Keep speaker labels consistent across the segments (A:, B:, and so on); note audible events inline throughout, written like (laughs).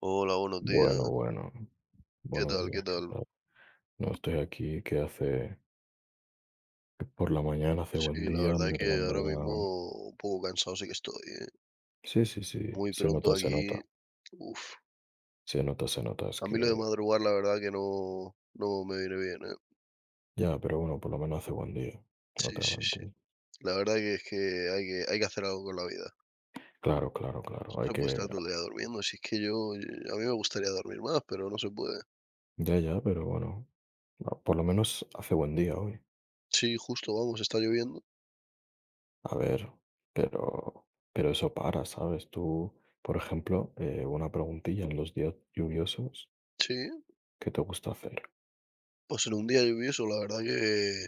A: Hola, buenos días.
B: Bueno, bueno,
A: ¿Qué
B: buenos
A: tal?
B: días,
A: ¿Qué
B: ¿qué
A: tal?
B: tal? No estoy aquí, que hace que por la mañana, hace buen
A: Sí, la
B: día,
A: verdad
B: en
A: es
B: verdad,
A: que
B: en
A: ahora
B: verdad.
A: mismo un poco cansado sí que estoy, ¿eh?
B: Sí,
A: Muy
B: se
A: pronto
B: nota, se nota,
A: aquí. Uf.
B: se nota, se nota, es
A: A mí lo de
B: que
A: madrugar, la verdad que no, no me viene bien, ¿eh?
B: ya, pero bueno, por lo menos hace buen día, no
A: Sí,
B: te voy a
A: sí, sí.
B: mentir.
A: La verdad que es que hay que hacer algo con la vida.
B: Claro,
A: No
B: hay
A: se puede
B: que,
A: estar todo el día durmiendo. Si es que yo, a mí me gustaría dormir más, pero no se puede.
B: ya, pero bueno, no, por lo menos hace buen día hoy.
A: Sí, justo, vamos, está lloviendo.
B: A ver, pero, pero eso para, ¿sabes? Tú, por ejemplo, una preguntilla en los días lluviosos,
A: Sí,
B: ¿qué te gusta hacer?
A: pues en un día lluvioso, la verdad que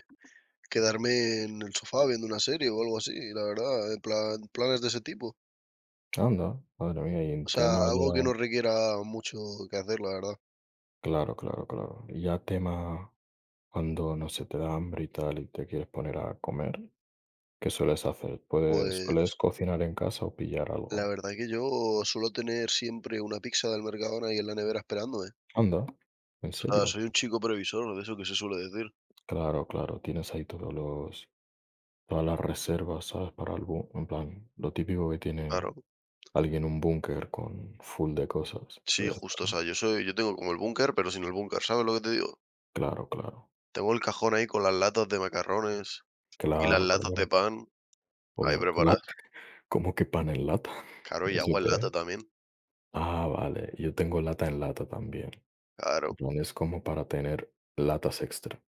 A: quedarme en el sofá viendo una serie o algo así, la verdad, en plan, planes de ese tipo.
B: Anda, madre mía, y en
A: O
B: tema
A: sea, algo que
B: ya
A: no requiera mucho que hacer, la verdad.
B: claro. Y ya tema cuando, no se te da hambre y tal, y te quieres poner a comer, ¿qué sueles hacer? ¿Puedes
A: Pues
B: sueles cocinar en casa o pillar
A: la
B: algo?
A: verdad que yo suelo tener siempre una pizza del Mercadona ahí en la nevera esperándome.
B: Anda, ¿en
A: O sea,
B: serio?
A: soy un chico previsor, de eso que se suele decir.
B: Claro, claro, tienes ahí todos los todas las reservas, ¿sabes? Para el bu en plan, lo típico que tiene
A: Claro,
B: alguien un búnker con full de cosas, pues
A: sí,
B: ya está,
A: justo. O
B: ¿no?
A: sea, yo tengo como el búnker, pero sin el búnker, ¿sabes lo que te digo?
B: Claro, claro.
A: Tengo el cajón ahí con las latas de macarrones y las
B: Claro,
A: latas
B: claro.
A: de pan ahí
B: Obviamente, lat
A: preparadas.
B: ¿cómo (laughs) que pan en lata?
A: Claro,
B: (laughs)
A: y
B: ¿Eso
A: agua en
B: qué es?
A: lata también.
B: Ah, vale. Yo tengo lata en lata también.
A: Claro,
B: En es como para tener latas extra,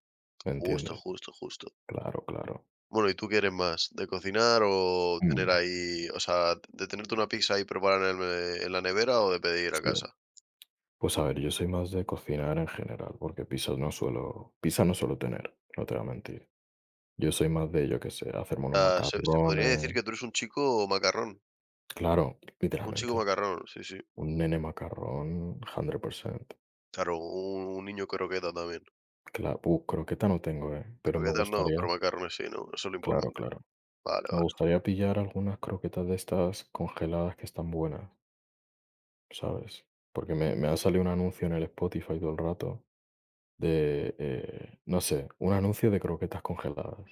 B: ¿me
A: justo,
B: entiendes?
A: justo, justo.
B: Claro, claro.
A: Bueno, ¿y tú quieres más? ¿De cocinar o tener
B: Mm,
A: ahí, o sea, de tenerte una pizza y prepararla en la nevera o de pedir a
B: sí.
A: casa?
B: Pues a ver, yo soy más de cocinar en general, porque pizza no suelo tener, no te voy a mentir. Yo soy más de, yo qué sé, hacerme unos
A: Ah, se podría decir
B: macarrones.
A: que tú eres
B: Claro,
A: un chico
B: literalmente.
A: macarrón, sí, sí.
B: Un nene macarrón, 100%.
A: Claro, un niño croqueta también.
B: Claro, croqueta no tengo, pero me
A: Croquetas no,
B: gustaría,
A: pero macarrones sí, ¿no? Eso es lo
B: claro,
A: importante.
B: claro.
A: Vale,
B: Me
A: vale.
B: gustaría pillar algunas croquetas de estas congeladas que están buenas. ¿Sabes? Porque me ha salido un anuncio en el Spotify todo el rato de, no sé, un anuncio de croquetas congeladas.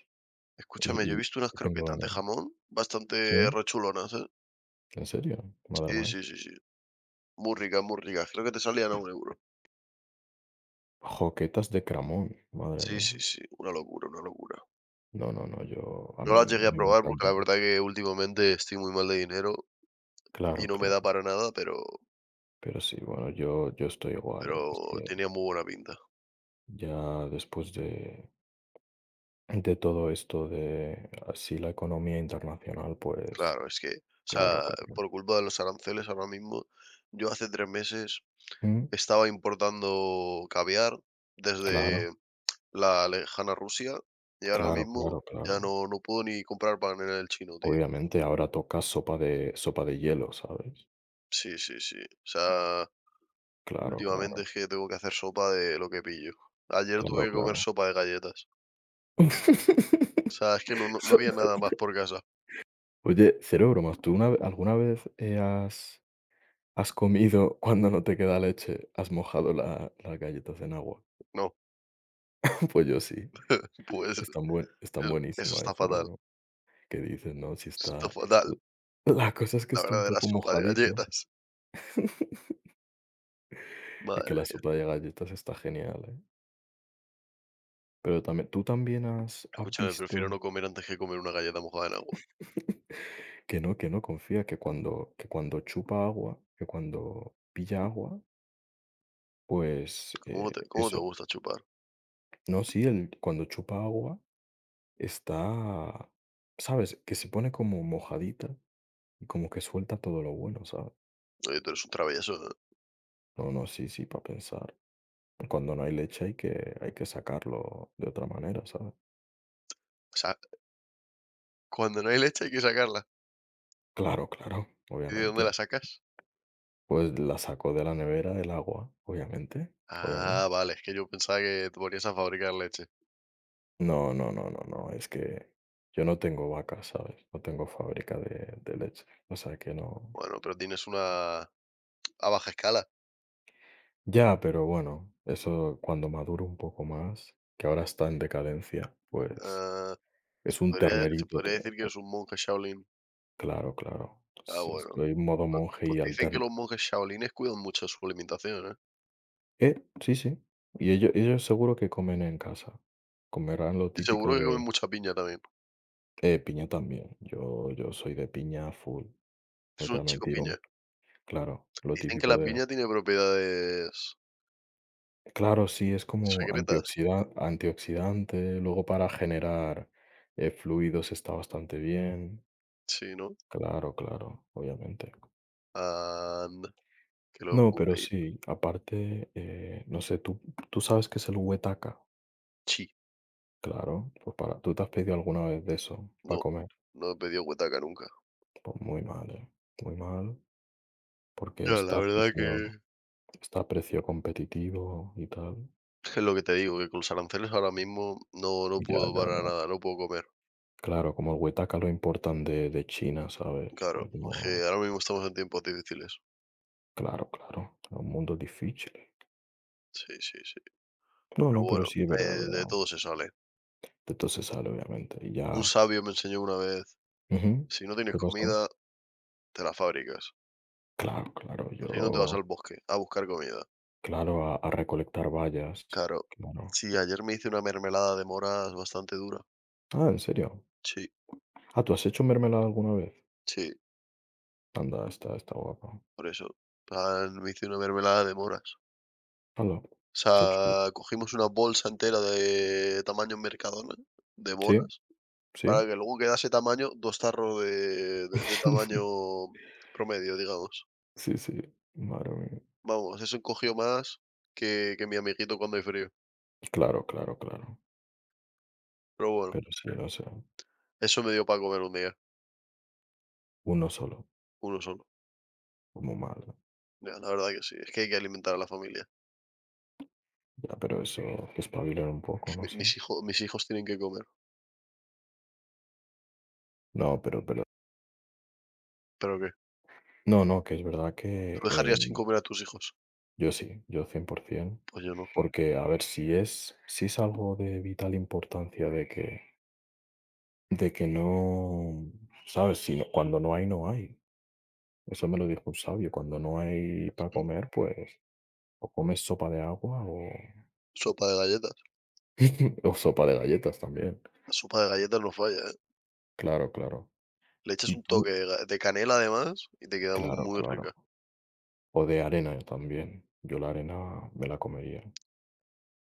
A: Escúchame, yo he
B: Y
A: visto unas
B: tengo
A: croquetas de
B: ganas.
A: jamón bastante
B: ¿Sí?
A: rechulonas, ¿eh?
B: ¿En serio? Madre
A: Sí,
B: mía.
A: sí, sí, sí. Muy ricas, muy ricas. Creo que te salían a 1 euro.
B: Joquetas de cramón, madre
A: Sí,
B: mía.
A: sí, sí, una locura, una locura.
B: No,
A: No las
B: a
A: llegué a
B: mí me
A: probar
B: encanta.
A: porque la verdad que últimamente estoy muy mal de dinero. Y
B: Claro,
A: no me
B: claro.
A: da para nada, pero
B: Pero sí, bueno, yo estoy igual, eh. Es
A: pero
B: que
A: tenía muy buena pinta.
B: ya después de todo esto de así la economía internacional, pues,
A: Claro, es que, o
B: claro,
A: sea,
B: claro.
A: por culpa de los aranceles ahora mismo, yo hace 3 meses
B: Mm,
A: estaba importando caviar
B: claro,
A: desde la lejana Rusia y ahora
B: claro,
A: mismo
B: claro, claro.
A: ya no puedo ni comprar pan en el chino, tío.
B: Obviamente, ahora toca sopa de hielo, ¿sabes?
A: Sí, sí, sí. O sea,
B: Claro, claro,
A: últimamente es que tengo que hacer sopa de lo que pillo. Ayer tuve
B: claro,
A: que comer
B: claro.
A: sopa de galletas.
B: (laughs)
A: O sea, es que no
B: So-
A: había nada más por casa.
B: Oye, cero bromas, ¿tú una ve alguna vez, has comido cuando no te queda leche, has mojado la las galletas en agua?
A: No,
B: (laughs) Pues yo sí,
A: (laughs) pues,
B: están buen están
A: eh, eso
B: buenísimas, de
A: está
B: cero
A: fatal,
B: broma. ¿Qué dices? No, si
A: está
B: está
A: fatal.
B: la cosa es que
A: La
B: esté un
A: verdadera
B: poco
A: sopa de
B: mojadito.
A: galletas.
B: Es que la
A: Madre,
B: sopa de galletas está genial, ¿eh? Pero también ¿tú también has
A: escúchame, prefiero
B: visto
A: no comer antes que comer una galleta mojada en agua.
B: Que no, confía, que cuando chupa agua, que cuando pilla agua, pues
A: Cómo te
B: eso.
A: gusta chupar?
B: No, sí, el, cuando chupa agua está, ¿sabes? Que se pone como mojadita y como que suelta todo lo bueno, ¿sabes?
A: Oye, tú eres un travieso, ¿eh?
B: No, no, sí, para pensar. Cuando no hay leche hay que sacarlo de otra manera, ¿sabes?
A: O sea, cuando no hay leche hay que sacarla.
B: Claro, claro,
A: ¿Y de dónde
B: obviamente.
A: la sacas?
B: Pues la sacó de la nevera el agua, obviamente,
A: Ah,
B: obviamente.
A: vale, es que yo pensaba que te ponías a fabricar leche.
B: No, es que yo no tengo vacas, ¿sabes? No tengo fábrica de leche, o sea que no.
A: Bueno, pero tienes una a baja escala.
B: Ya, pero bueno, eso cuando madure un poco más, que ahora está en decadencia, pues
A: Ah,
B: es un
A: se
B: ternerito. Tu-
A: podría decir que es un monje Shaolin.
B: Claro, claro.
A: Ah,
B: es-
A: bueno.
B: Estoy en modo monje
A: Pues
B: y
A: dicen que
B: alterno.
A: los monjes Shaolines cuidan mucho su alimentación, ¿eh?
B: Sí, sí. Y ellos seguro que comen en casa. Comerán lo
A: Y
B: típico
A: seguro que comen
B: de...
A: mucha piña también.
B: Piña también. Yo soy de piña full,
A: Es
B: no te
A: un
B: voy a
A: chico
B: mentir,
A: piña.
B: un- Claro, lo
A: Dicen que
B: típico
A: la
B: de
A: piña tiene propiedades
B: Claro, sí, es como
A: secretas,
B: antioxida antioxidante, luego para generar, fluidos está bastante bien.
A: sí, ¿no?
B: Claro, claro, obviamente.
A: Anda, qué
B: No, pero
A: locura. Y
B: sí, aparte, no sé, ¿tú sabes qué es el huetaca?
A: chi,
B: Claro, pues para ¿tú te has pedido alguna vez de eso para
A: no,
B: comer?
A: no he pedido huetaca nunca.
B: Pues muy mal, ¿eh? Muy mal, porque
A: Ya, la verdad que
B: está a precio competitivo y tal.
A: es lo que te digo, que con los aranceles ahora mismo no, no
B: Ya,
A: puedo
B: ya,
A: para
B: ya.
A: nada, no puedo comer.
B: Claro, como el huetaca lo importan de China, ¿sabes?
A: Claro,
B: Pues no
A: que ahora mismo estamos en tiempos difíciles.
B: Claro, claro, es un mundo difícil.
A: Sí, sí, sí.
B: No,
A: Pero
B: no, pero
A: bueno,
B: sí, es verdad, verdad.
A: de todo se sale.
B: De todo se sale, obviamente, y
A: Un
B: ya
A: sabio me enseñó una vez,
B: ujú,
A: si no tienes
B: ¿qué pasó?
A: comida, te la fabricas.
B: Claro, claro,
A: Así no te vas
B: yo
A: al bosque a buscar comida.
B: claro, a recolectar bayas,
A: Claro.
B: claro.
A: Sí, ayer me hice una mermelada de moras bastante dura.
B: Ah, ¿en serio?
A: Sí,
B: Ah, ¿tú has hecho mermelada alguna vez?
A: sí.
B: Anda, está guapa.
A: Por eso, plan, me hice una mermelada de moras.
B: Anda,
A: O
B: qué chulo.
A: sea, cogimos una bolsa entera de tamaño Mercadona, de
B: Sí,
A: moras,
B: sí.
A: para que luego quedase tamaño, 2 tarros de tamaño
B: (laughs)
A: promedio, digamos.
B: Sí, sí, madre mía.
A: Vamos, eso encogió más que mi amiguito cuando hay frío.
B: Claro, claro, claro.
A: Pero bueno,
B: Pero sí, no sé.
A: eso me dio para comer un día,
B: Uno solo,
A: uno solo.
B: como mal.
A: Ya, la verdad que sí, es que hay que alimentar a la familia.
B: Ya, pero eso, que espabilar un poco, no
A: Mi
B: sé.
A: mis hijos tienen que comer.
B: No, pero
A: ¿Pero qué?
B: No, no, que es verdad
A: ¿Tú
B: que,
A: dejarías sin comer a tus hijos?
B: yo sí, yo 100%,
A: Pues yo no.
B: porque, a ver, si es algo de vital importancia de que no, ¿sabes? Si no cuando no hay, no hay. Eso me lo dijo un sabio, cuando no hay para
A: Mm,
B: comer, pues, o comes sopa de agua o
A: sopa de galletas.
B: (laughs) o sopa de galletas también.
A: La sopa de galletas no falla, ¿eh?
B: Claro, claro.
A: Le echas
B: Y
A: un toque
B: tú
A: de canela además y te queda
B: claro,
A: muy
B: claro.
A: rica.
B: O de arena también. Yo la arena me la comería.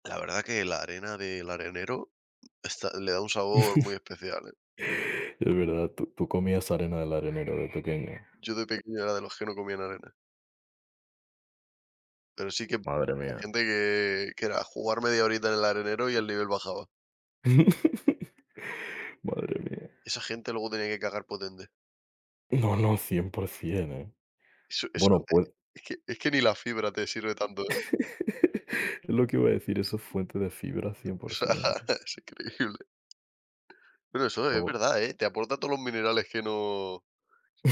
A: La verdad que la arena del arenero está le da un sabor muy
B: (laughs)
A: especial, ¿eh?
B: Es verdad, ¿tú comías arena del arenero de pequeño?
A: Yo de pequeño era de los que no comían arena, pero sí que
B: Madre
A: la
B: mía.
A: gente que era jugar media horita en el arenero y el nivel bajaba.
B: (laughs) Madre mía.
A: Esa gente luego tenía que cagar potente.
B: No, no, 100%, ¿eh?
A: Eso
B: Bueno, pues
A: es que ni la fibra te sirve tanto, ¿eh?
B: (laughs) es lo que iba a decir, eso es fuente de fibra
A: (laughs) O sea,
B: 100%.
A: es increíble. Pero eso es
B: O
A: verdad, ¿eh? Te aporta todos los minerales que no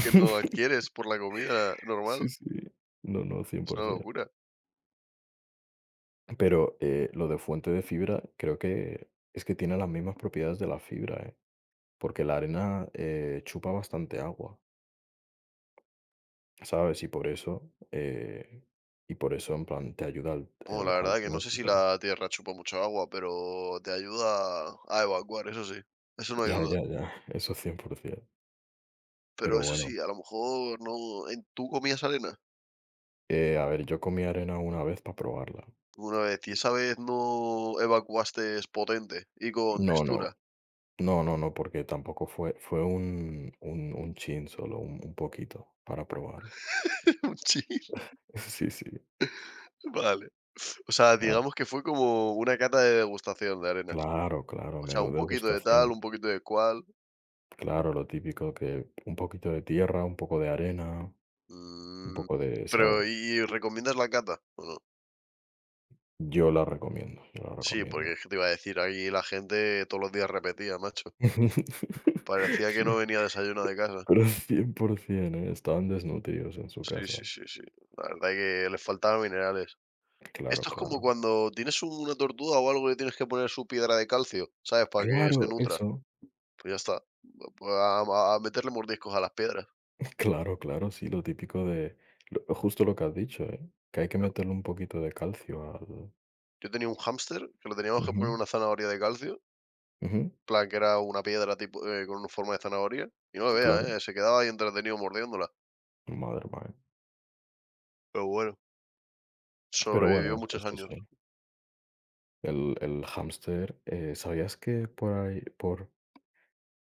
A: que no adquieres por la comida normal.
B: Sí, sí. No, no,
A: Es una
B: 100%.
A: locura.
B: Pero, lo de fuente de fibra creo que es que tiene las mismas propiedades de la fibra, ¿eh? Porque la arena, chupa bastante agua, ¿sabes? Y por eso, en plan, te ayuda
A: Bueno, la
B: al
A: verdad que no sé si
B: tránsito.
A: la tierra chupa mucha agua, pero te ayuda a evacuar, eso sí, eso no hay
B: Ya,
A: duda.
B: ya, ya, eso 100%.
A: Pero
B: Pero
A: eso
B: bueno,
A: sí, a lo mejor no, ¿tú comías arena
B: a ver, yo comí arena una vez para probarla.
A: alguna vez y esa vez no evacuaste potente y con
B: No, no,
A: textura?
B: no, porque tampoco fue un chin solo, un poquito para probarlo.
A: (laughs) Un chip,
B: (laughs) Sí, sí,
A: vale. O sea,
B: ah,
A: digamos que fue como una cata de degustación de arenas.
B: claro, claro,
A: O sea,
B: menú
A: un poquito de
B: degustación.
A: tal, un poquito de cual.
B: Claro, lo típico que un poquito de tierra, un poco de arena, un
A: Mm,
B: poco de, ¿sabes?
A: pero y recomiendas la cata o no?
B: Yo la
A: Sí,
B: recomiendo.
A: porque es que te iba a decir, ahí la gente todos los días repetía, macho. Parecía
B: (laughs)
A: que
B: No,
A: no venía desayunado de casa.
B: pero cien por 100%, ¿eh? Estaban desnutridos en su
A: Sí,
B: casa.
A: sí, sí, sí. La verdad que les faltaban minerales.
B: Claro,
A: Esto es
B: claro.
A: como cuando tienes una tortuga o algo, y le tienes que poner su piedra de calcio, ¿sabes? Para que se
B: Claro,
A: nutra.
B: eso.
A: Pues ya está. Pues a a meterle mordiscos a las piedras.
B: (laughs) Claro, claro, sí, lo típico de lo- justo lo que has dicho, ¿eh? Que hay que meterle un poquito de calcio al...
A: Yo tenía un hámster que le teníamos que poner
B: Ujú,
A: una zanahoria de calcio, en
B: ujú,
A: plan que era una piedra tipo, con una forma de zanahoria, y no le
B: claro,
A: vea ¿eh? Se quedaba ahí entretenido mordiéndola.
B: madre mía.
A: Pero bueno,
B: Pero
A: sobrevivió
B: bueno,
A: muchos
B: sí.
A: años.
B: El hámster, ¿sabías que por ahí, por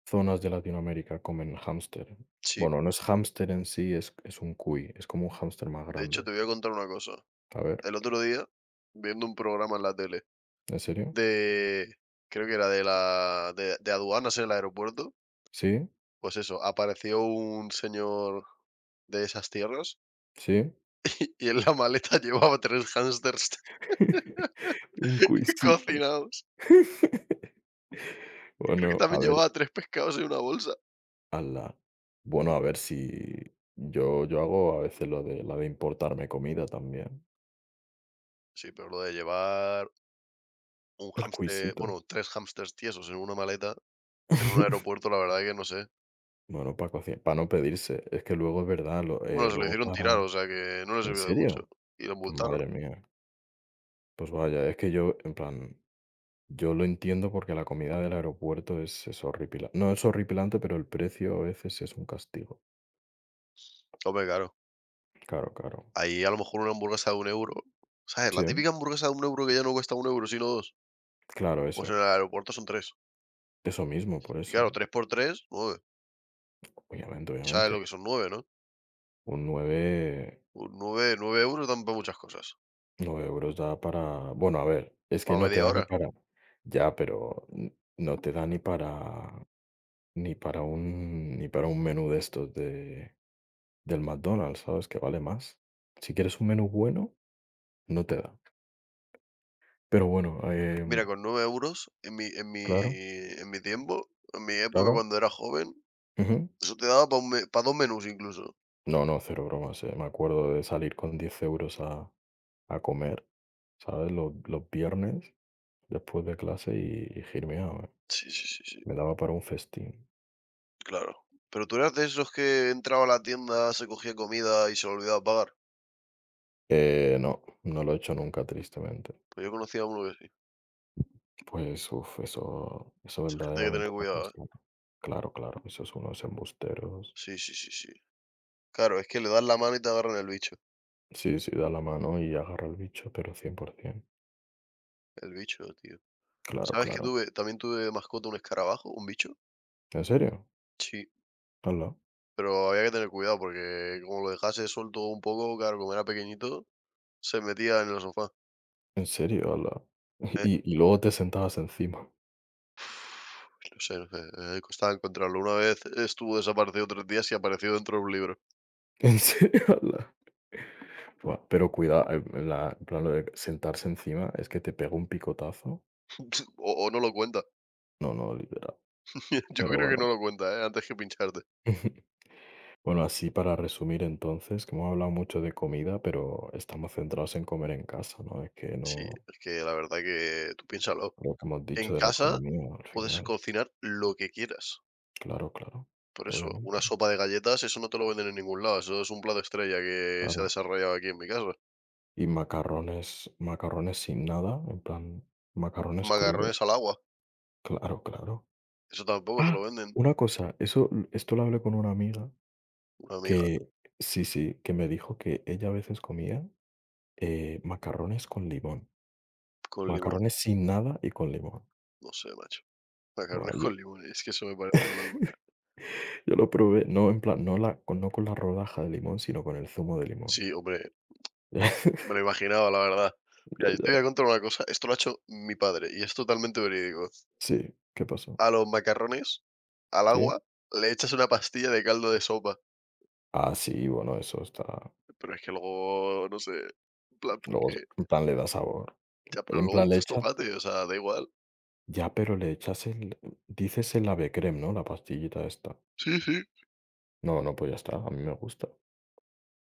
B: zonas de Latinoamérica comen hámster?
A: Sí.
B: Bueno, no es hámster en sí, es un cuy, es como un hámster más
A: De hecho,
B: grande.
A: te voy a contar una cosa.
B: A ver,
A: El otro día, viendo un programa en la tele
B: ¿en serio?
A: de, creo que era de aduanas en el aeropuerto,
B: ¿Sí?
A: pues eso, apareció un señor de esas tierras
B: ¿Sí?
A: y en la maleta (laughs) llevaba tres hámsters
B: ¿Sí? (laughs) Un
A: (laughs)
B: cuisito.
A: cocinados.
B: (laughs)
A: Creo que
B: Bueno, a
A: también
B: ver.
A: llevaba tres pescados en una bolsa.
B: Ala. Bueno, a ver si yo hago a veces lo de la de importarme comida también,
A: Sí, pero lo de llevar un
B: el
A: hámster,
B: cuisito.
A: bueno, tres hámsters tiesos en una maleta en un
B: (laughs)
A: aeropuerto, la verdad que no sé.
B: Bueno, para no pedirse. Es que luego es verdad, lo
A: Bueno, se lo
B: luego
A: hicieron
B: para
A: tirar, o sea que no le
B: ¿En
A: sirvió de mucho
B: serio?
A: y lo
B: Pues
A: multaron.
B: madre mía. Pues vaya, es que yo, en plan, yo lo entiendo porque la comida del aeropuerto es horripila no es horripilante, pero el precio a veces es un castigo.
A: Hombre, claro,
B: Claro, claro.
A: ahí a lo mejor una hamburguesa de 1 euro, ¿sabes?
B: Sí,
A: La típica hamburguesa de 1 euro que ya no cuesta 1 euro, sino dos.
B: claro,
A: Pues en
B: eso.
A: el aeropuerto son tres.
B: Eso mismo, por
A: Y
B: eso.
A: claro, 3 por 3 nueve.
B: Obviamente,
A: ¿Sabes lo
B: obviamente.
A: que son 9 no?
B: Un 9
A: Un 9 9 euros dan para muchas cosas.
B: 9 € da para bueno, a ver, es que
A: Para
B: no te
A: media
B: da ni
A: hora.
B: para ya, pero n no te da ni para ni para un ni para un menú de estos de del McDonald's, ¿sabes? Que vale más. Si quieres un menú bueno, no te da. Pero bueno,
A: Mira, con 9 euros
B: claro,
A: en mi tiempo, en mi época
B: claro.
A: cuando era joven,
B: Ujú.
A: eso te daba para dos menús incluso.
B: No, no, cero bromas, me acuerdo de salir con 10 € a comer, ¿sabes? Los viernes después de clase y girmiao,
A: Sí, sí, sí, sí,
B: me daba para un festín.
A: claro. Pero tú eras de esos que entraba a la tienda, se cogía comida y se le olvidaba pagar.
B: No, no lo he hecho nunca, tristemente.
A: Pues yo conocía a uno que sí.
B: Pues, uf, eso
A: Gente hay que
B: verdaderamente
A: tener
B: no me
A: cuidado, ¿eh?
B: consume. Claro, claro, esos unos embusteros.
A: Sí, sí, sí, sí. Claro, es que le das la mano y te agarran el bicho.
B: Sí, sí, da la mano y agarra el bicho, pero 100%.
A: El bicho, tío.
B: Claro,
A: ¿Sabes que
B: claro.
A: tuve de mascota un escarabajo, un bicho?
B: ¿En serio?
A: Sí,
B: Hala.
A: pero había que tener cuidado porque como lo dejase suelto un poco, claro, como era pequeñito, se metía en el sofá.
B: ¿En serio? Hala. (laughs)
A: Eh,
B: Y y luego te sentabas encima.
A: (sighs) no sé, no sé, costaba encontrarlo. Una vez estuvo desaparecido 3 días y apareció dentro de un libro.
B: (laughs) ¿En serio? Hala. Buah, pero cuidado, en plan, lo de sentarse encima es que te pega un picotazo.
A: (laughs) O no lo cuenta.
B: No, no, literal.
A: (laughs) Yo
B: Pero
A: creo que no
B: bueno.
A: lo cuenta, ¿eh? Antes que pincharte.
B: (laughs) Bueno, así para resumir entonces, que hemos hablado mucho de comida, pero estamos centrados en comer en casa, ¿no? Es que
A: Sí,
B: no,
A: es que la verdad que tú piénsalo.
B: lo que hemos dicho
A: En
B: de la
A: casa
B: economía al
A: puedes
B: final,
A: cocinar lo que quieras.
B: claro, claro,
A: Por eso,
B: obviamente,
A: una sopa de galletas, eso no te lo venden en ningún lado. Eso es un plato estrella que se ha
B: claro.
A: desarrollado aquí en mi casa.
B: Y macarrones sin nada, en plan, macarrones crudos,
A: Macarrones al agua.
B: claro, claro.
A: Eso tampoco te
B: Ah,
A: lo venden.
B: una cosa, eso, l- esto lo hablé con una amiga
A: Una amiga
B: que, sí, sí, que me dijo que ella a veces comía macarrones con limón,
A: con limón.
B: macarrones sin nada y con limón.
A: No sé, macho.
B: Buah,
A: Macarrones (laughs) con limón. Es que eso me parece una locura.
B: yo lo probé, no, en plan, no con la rodaja de limón, sino con el zumo de limón.
A: Sí, hombre, me lo
B: (laughs)
A: imaginaba, la verdad.
B: Ya,
A: Mira,
B: ya.
A: yo te
B: ya.
A: voy a contar una cosa. Esto lo ha hecho mi padre y es totalmente verídico.
B: Sí, ¿qué pasó?
A: A los macarrones, al
B: Sí.
A: agua, le echas una pastilla de caldo de sopa.
B: Ah, sí, bueno, eso está
A: Pero es que luego, no sé, en plan,
B: luego
A: porque
B: en plan, le da sabor.
A: ya, pero
B: En
A: luego le
B: plan, le
A: echas
B: echas
A: tomate, o sea, da igual.
B: ya, pero le echas el dices el Ave creme, ¿no? La pastillita esta.
A: Sí, sí.
B: No, no, pues ya está, a mí me gusta.